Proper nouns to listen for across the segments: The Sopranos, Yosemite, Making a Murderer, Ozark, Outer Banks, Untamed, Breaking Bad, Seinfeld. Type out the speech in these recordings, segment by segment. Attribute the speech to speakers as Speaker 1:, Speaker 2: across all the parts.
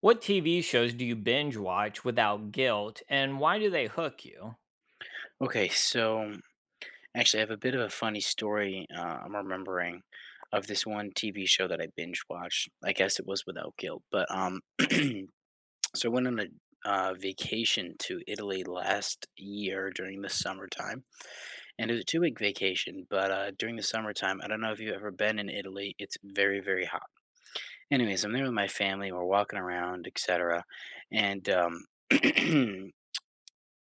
Speaker 1: What TV shows do you binge watch without guilt, and why do they hook you?
Speaker 2: Okay, so actually, I have a bit of a funny story, I'm remembering of this one TV show that I binge watched. I guess it was without guilt, but so I went on a vacation to Italy last year during the summertime, and it was a 2-week vacation. But during the summertime, I don't know if you've ever been in Italy. It's very, very hot. Anyways, I'm there with my family. We're walking around, etc. And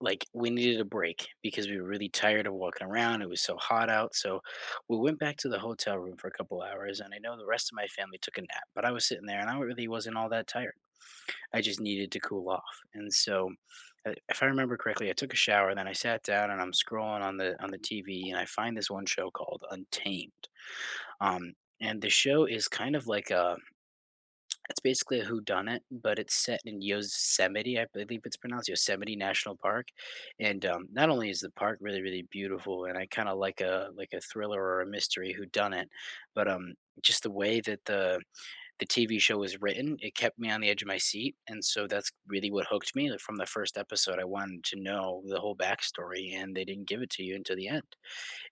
Speaker 2: like, we needed a break because we were really tired of walking around, it was so hot out, so we went back to the hotel room for a couple hours, and I know the rest of my family took a nap, but I was sitting there, and I really wasn't all that tired. I just needed to cool off, and so, if I remember correctly, I took a shower, then I sat down, and I'm scrolling on the TV, and I find this one show called Untamed. um, and the show is kind of like a that's basically a whodunit, but it's set in Yosemite. I believe it's pronounced Yosemite National Park, and not only is the park really, really beautiful, and I kind of like a thriller or a mystery whodunit, but just the way that the TV show was written, it kept me on the edge of my seat, and so that's really what hooked me. Like from the first episode, I wanted to know the whole backstory, and they didn't give it to you until the end.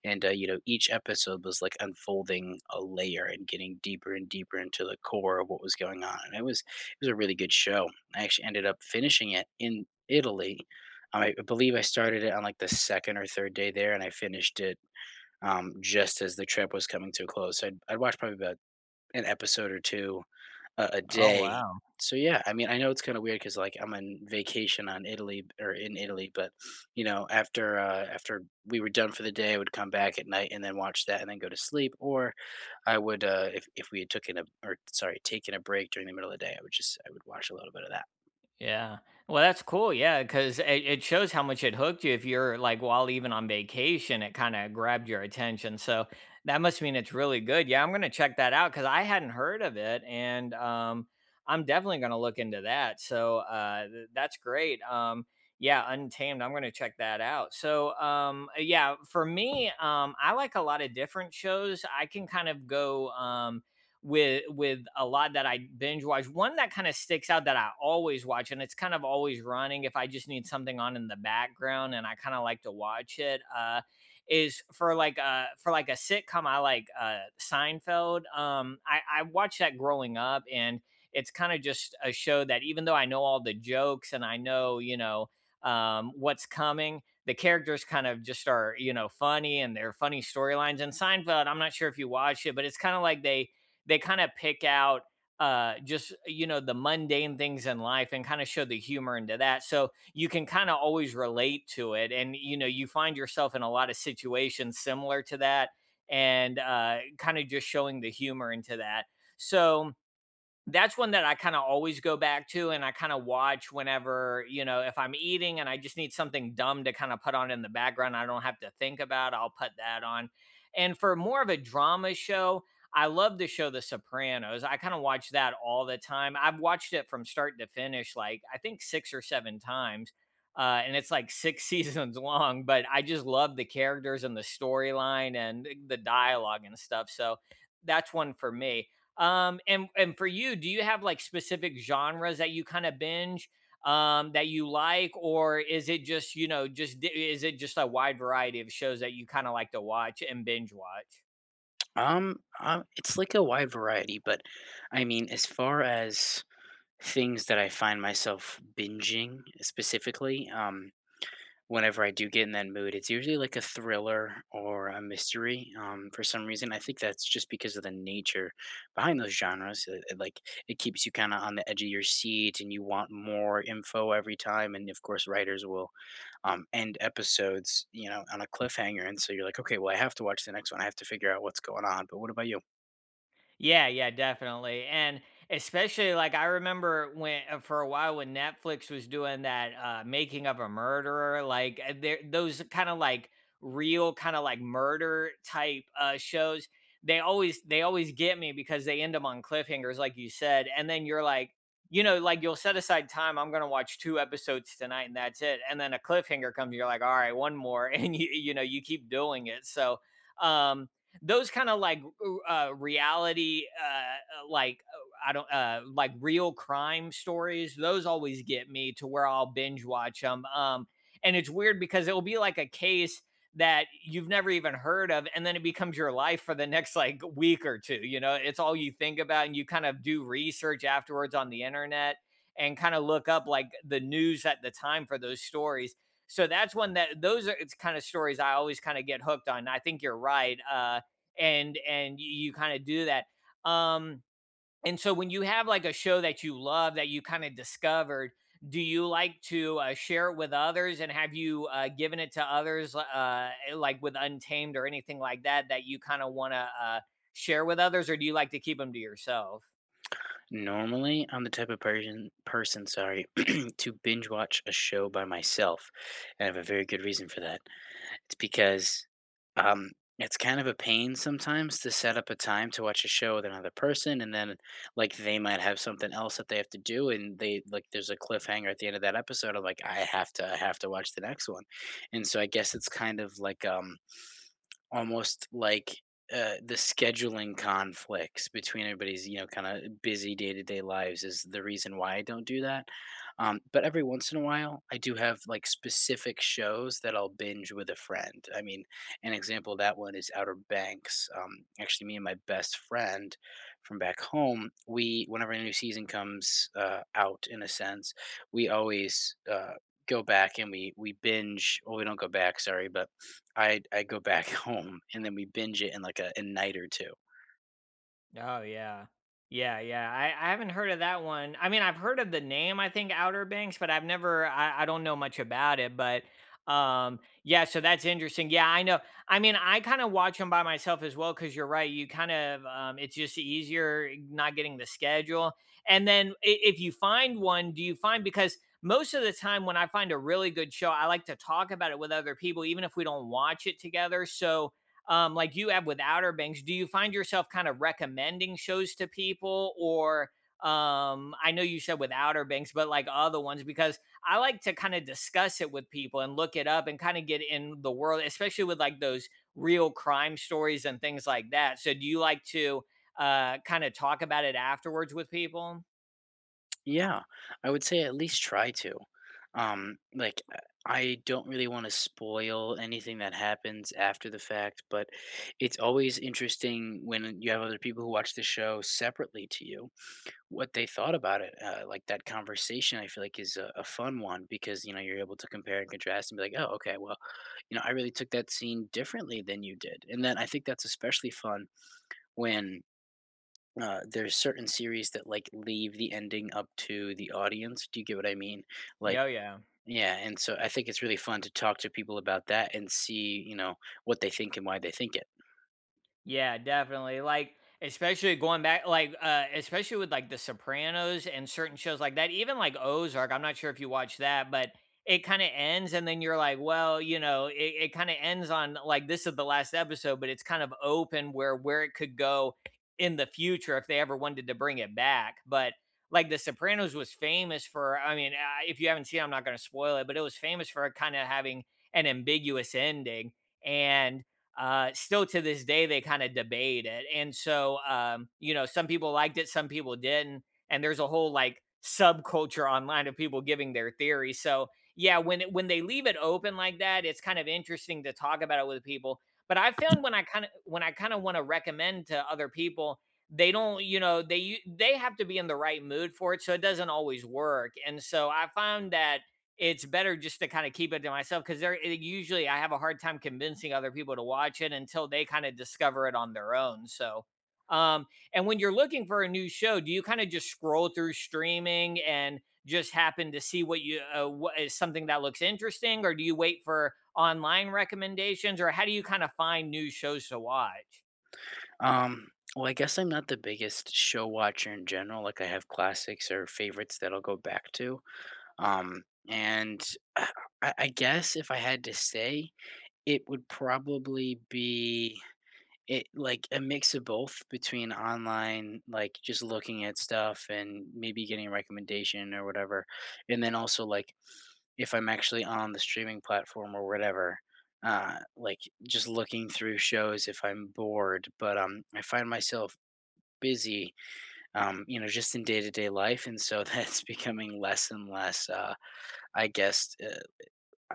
Speaker 2: And you know each episode was like unfolding a layer and getting deeper and deeper into the core of what was going on, and it was a really good show. I actually ended up finishing it in Italy. Um, I believe I started it on like the second or third day there, and I finished it just as the trip was coming to a close. So I'd watched probably about an episode or two a
Speaker 1: Oh
Speaker 2: day.
Speaker 1: wow.
Speaker 2: So, yeah, I mean, I know it's kinda weird because, like, I'm on vacation on Italy or in Italy, but, you know, after, after we were done for the day, I would come back at night and then watch that and then go to sleep. Or I would, if we had taken a or sorry, taken a break during the middle of the day, I would watch a little bit of that.
Speaker 1: Yeah. Well, that's cool. Yeah, because it shows how much it hooked you. If you're like while even on vacation, it kind of grabbed your attention. So that must mean it's really good. Yeah, I'm gonna check that out because I hadn't heard of it, and I'm definitely gonna look into that. So that's great. Yeah, Untamed. I'm gonna check that out. So yeah, for me, I like a lot of different shows. I can kind of go. With a lot that I binge watch. One that kind of sticks out that I always watch, and it's kind of always running if I just need something on in the background, and I kind of like to watch it. Is for like a sitcom. I like Seinfeld. I watched that growing up, and it's kind of just a show that even though I know all the jokes and I know you know what's coming. The characters kind of just are, you know, funny and they're funny storylines. And Seinfeld, I'm not sure if you watch it, but it's kind of like they kind of pick out just you know the mundane things in life and kind of show the humor into that, so you can kind of always relate to it, and you know you find yourself in a lot of situations similar to that and kind of just showing the humor into that. So that's one that I kinda always go back to, and I kinda watch whenever, you know, if I'm eating and I just need something dumb to kinda put on in the background I don't have to think about, I'll put that on. And for more of a drama show, I love the show The Sopranos. I kinda watch that all the time. I've watched it from start to finish, like, I think 6 or 7 times, and it's, like, 6 seasons long, but I just love the characters and the storyline and the dialogue and stuff, so that's one for me. And for you, do you have like specific genres that you kind of binge that you like, or is it just you know is it just a wide variety of shows that you kind of like to watch and binge watch?
Speaker 2: It's like a wide variety, but, I mean, as far as things that I find myself binging specifically, whenever I do get in that mood, it's usually like a thriller or a mystery. For some reason, I think that's just because of the nature behind those genres. Like it keeps you kind of on the edge of your seat, and you want more info every time. And of course, writers will end episodes, you know, on a cliffhanger, and so you're like, okay, well, I have to watch the next one. I have to figure out what's going on. But what about you?
Speaker 1: Yeah, yeah, definitely. And especially like I remember when for a while when Netflix was doing that making of a murderer, like there those kind of like real kind of like murder type shows, they always get me because they end them on cliffhangers like you said. And then you're like, you know, like you'll set aside time, I'm going to watch two episodes tonight and that's it. And then a cliffhanger comes, you're like, "All right, one more." And you know, you keep doing it. So, um those kind of like like I don't like real crime stories. Those always get me to where I'll binge watch them. And it's weird because it will be like a case that you've never even heard of, and then it becomes your life for the next like week or two, you know, it's all you think about, and you kind of do research afterwards on the internet and kind of look up like the news at the time for those stories. So that's one that those are, it's kind of stories I always kind of get hooked on, I think you're right. And you kind of do that. Um, and so when you have like a show that you love that you kind of discovered, do you like to share it with others? And have you given it to others, like with Untamed or anything like that, that you kind of want to share with others, or do you like to keep them to yourself?
Speaker 2: Normally, I'm the type of person, sorry, to binge watch a show by myself, and I have a very good reason for that. It's because um, it's kind of a pain sometimes to set up a time to watch a show with another person, and then like they might have something else that they have to do, and they like there's a cliffhanger at the end of that episode. I'm like, I have to watch the next one, and so I guess it's kind of like almost like the scheduling conflicts between everybody's kind of busy day-to-day lives is the reason why I don't do that. Um, But every once in a while I do have like specific shows that I'll binge with a friend. I mean, an example of that one is Outer Banks. Um, Actually, me and my best friend from back home, we whenever a new season comes out in a sense, we always go back and we binge. Well, we don't go back, sorry, but I go back home and then we binge it in like a night or two.
Speaker 1: Oh yeah. Yeah, yeah. I haven't heard of that one. I mean, I've heard of the name, I think Outer Banks, but I've never I don't know much about it, but yeah, so that's interesting. Yeah, I know. I mean, I kind of watch them by myself as well cuz you're right. You kind of it's just easier not getting the schedule. And then if you find one, do you find because most of the time when I find a really good show, I like to talk about it with other people even if we don't watch it together. So like you have with Outer Banks, do you find yourself kind of recommending shows to people or I know you said with Outer Banks, but like other ones, because I like to kind of discuss it with people and look it up and kind of get in the world, especially with like those real crime stories and things like that. So do you like to kind of talk about it afterwards with people?
Speaker 2: Yeah, I would say at least try to. Like I don't really want to spoil anything that happens after the fact, but it's always interesting when you have other people who watch the show separately to you, what they thought about it. Like that conversation, I feel like is a fun one because you're able to compare and contrast and be like, oh, okay, well, I really took that scene differently than you did. And then I think that's especially fun when there's certain series that, like, leave the ending up to the audience. Do you get what I mean? Like
Speaker 1: Yeah, oh, yeah.
Speaker 2: yeah, and so I think it's really fun to talk to people about that and see, what they think and why they think it.
Speaker 1: Yeah, definitely. Like, especially going back, like, especially with like The Sopranos and certain shows like that, even like Ozark. I'm not sure if you watch that, but it kind of ends, and then you're like, well, you know, it kind of ends on like this is the last episode, but it's kind of open where it could go in the future if they ever wanted to bring it back. But like The Sopranos was famous for, I mean, if you haven't seen, it, I'm not going to spoil it, but it was famous for kind of having an ambiguous ending and still to this day they kind of debate it, and so you know some people liked it, some people didn't, and there's a whole like subculture online of people giving their theory. So yeah, when they leave it open like that, it's kind of interesting to talk about it with people. But I found when I kind of want to recommend to other people, they don't you know they have to be in the right mood for it, so it doesn't always work. And so I found that it's better just to kind of keep it to myself, because usually I have a hard time convincing other people to watch it until they kind of discover it on their own. So, um, and when you're looking for a new show, do you kind of just scroll through streaming and just happen to see what you what is something that looks interesting, or do you wait for online recommendations, or how do you kind of find new shows to watch?
Speaker 2: Um, well, I guess I'm not the biggest show watcher in general. Like, I have classics or favorites that I'll go back to, um, and I guess if I had to say, it would probably be It like, a mix of both between online, like, just looking at stuff and maybe getting a recommendation or whatever, and then also, like, if I'm actually on the streaming platform or whatever, like, just looking through shows if I'm bored. But, I find myself busy, just in day-to-day life, and so that's becoming less and less, I guess. Uh,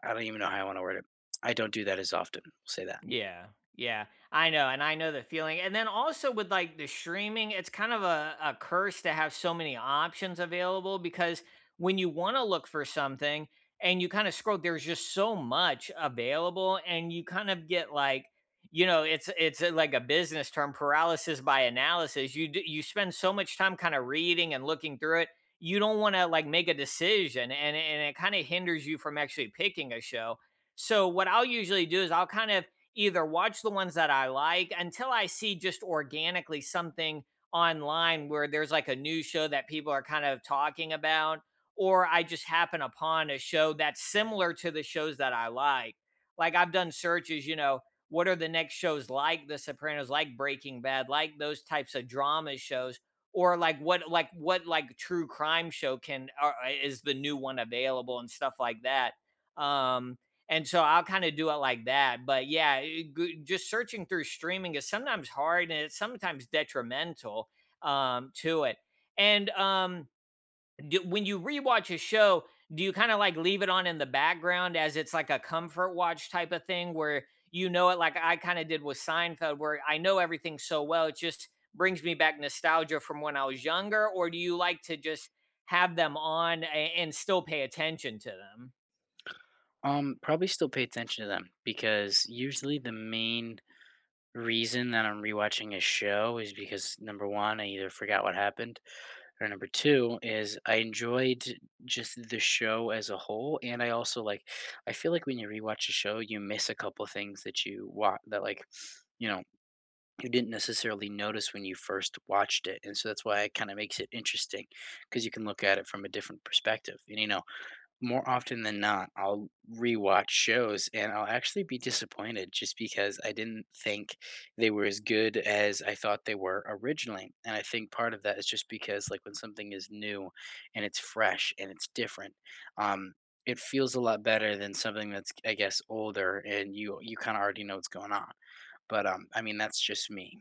Speaker 2: I don't even know how I wanna word it. I don't do that as often, say that.
Speaker 1: Yeah. Yeah. I know. And I know the feeling. And then also with like the streaming, it's kind of a curse to have so many options available, because when you want to look for something and you kind of scroll, there's just so much available, and you kind of get like, you know, like a business term, paralysis by analysis. You spend so much time kind of reading and looking through it. You don't want to like make a decision, and it kind of hinders you from actually picking a show. So what I'll usually do is I'll kind of either watch the ones that I like until I see just organically something online where there's like a news show that people are kind of talking about, or I just happen upon a show that's similar to the shows that I like. Like I've done searches, you know, what are the next shows like The Sopranos, like Breaking Bad, like those types of drama shows, or like true crime show can or, is the new one available and stuff like that. Um, and so I'll kind of do it like that. But yeah, just searching through streaming is sometimes hard and it's sometimes detrimental to it. And when you rewatch a show, do you kind of like leave it on in the background as it's like a comfort watch type of thing where you know it, like I kind of did with Seinfeld, where I know everything so well, it just brings me back nostalgia from when I was younger? Or do you like to just have them on and still pay attention to them?
Speaker 2: Probably still pay attention to them because usually the main reason that I'm rewatching a show is because number one, I either forgot what happened, or number two is I enjoyed just the show as a whole. And I also like, I feel like when you rewatch a show, you miss a couple things that you wa that like you know you didn't necessarily notice when you first watched it, and so that's why it kind of makes it interesting because you can look at it from a different perspective. And more often than not, I'll rewatch shows and I'll actually be disappointed just because I didn't think they were as good as I thought they were originally. And I think part of that is just because, like, when something is new and it's fresh and it's different, um, it feels a lot better than something that's, I guess, older, and you kind of already know what's going on. But I mean, that's just me.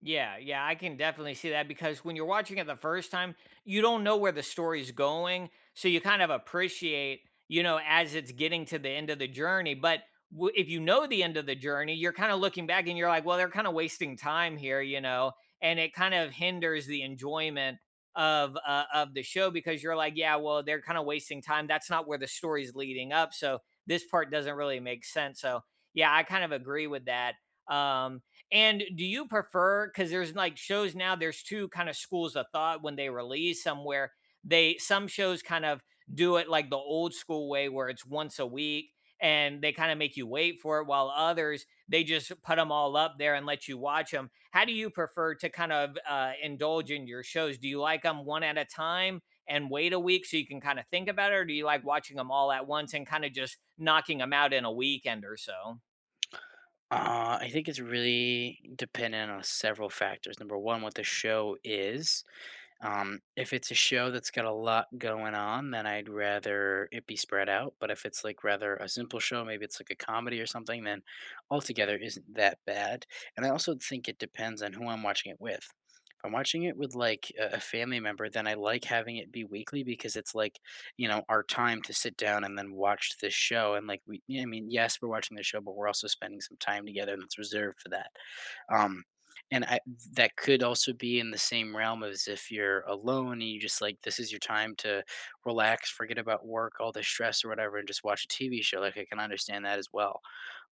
Speaker 1: Yeah, yeah, I can definitely see that because when you're watching it the first time, you don't know where the story's going, so you kind of appreciate, you know, as it's getting to the end of the journey, but if you know the end of the journey, you're kind of looking back and you're like, well, they're kind of wasting time here, you know, and it kind of hinders the enjoyment of the show because you're like, yeah, well, they're kind of wasting time. That's not where the story's leading up, so this part doesn't really make sense. So, yeah, I kind of agree with that. Um and do you prefer because there's like shows now, there's two kind of schools of thought when they release somewhere. They some shows kind of do it like the old school way where it's once a week and they kind of make you wait for it, while others they just put them all up there and let you watch them. How do you prefer to kind of indulge in your shows? Do you like them one at a time and wait a week so you can kind of think about it, or do you like watching them all at once and kind of just knocking them out in a weekend or so?
Speaker 2: I think it's really dependent on several factors. Number one, what the show is. If it's a show that's got a lot going on, then I'd rather it be spread out. But if it's like rather a simple show, maybe it's like a comedy or something, then altogether isn't that bad. And I also think it depends on who I'm watching it with. If I'm watching it with like a family member, then I like having it be weekly because it's like, our time to sit down and then watch this show. And like, we, yeah, I mean, yes, we're watching the show, but we're also spending some time together and it's reserved for that. Um, and that could also be in the same realm as if you're alone and you just like this is your time to relax, forget about work, all the stress or whatever, and just watch a TV show. Like I can understand that as well.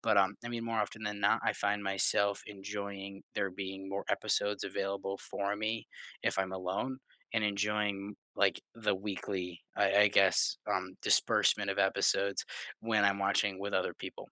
Speaker 2: But I mean, more often than not, I find myself enjoying there being more episodes available for me if I'm alone, and enjoying like the weekly, I guess, disbursement of episodes when I'm watching with other people.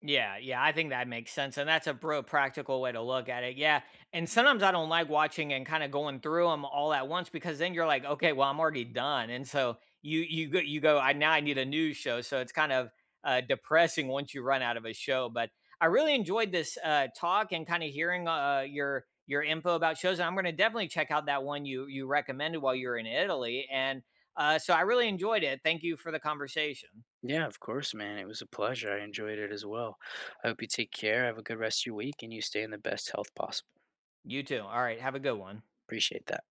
Speaker 1: Yeah, yeah, I think that makes sense, and that's a real practical way to look at it. Yeah, and sometimes I don't like watching and kind of going through them all at once, because then you're like, okay, well, I'm already done, and so you go. I now I need a news show, so it's kind of depressing once you run out of a show. But I really enjoyed this talk and kind of hearing your info about shows, and I'm going to definitely check out that one you recommended while you were in Italy, and so I really enjoyed it. Thank you for the conversation.
Speaker 2: Yeah, of course, man. It was a pleasure. I enjoyed it as well. I hope you take care. Have a good rest of your week and you stay in the best health possible.
Speaker 1: You too. All right, have a good one.
Speaker 2: Appreciate that.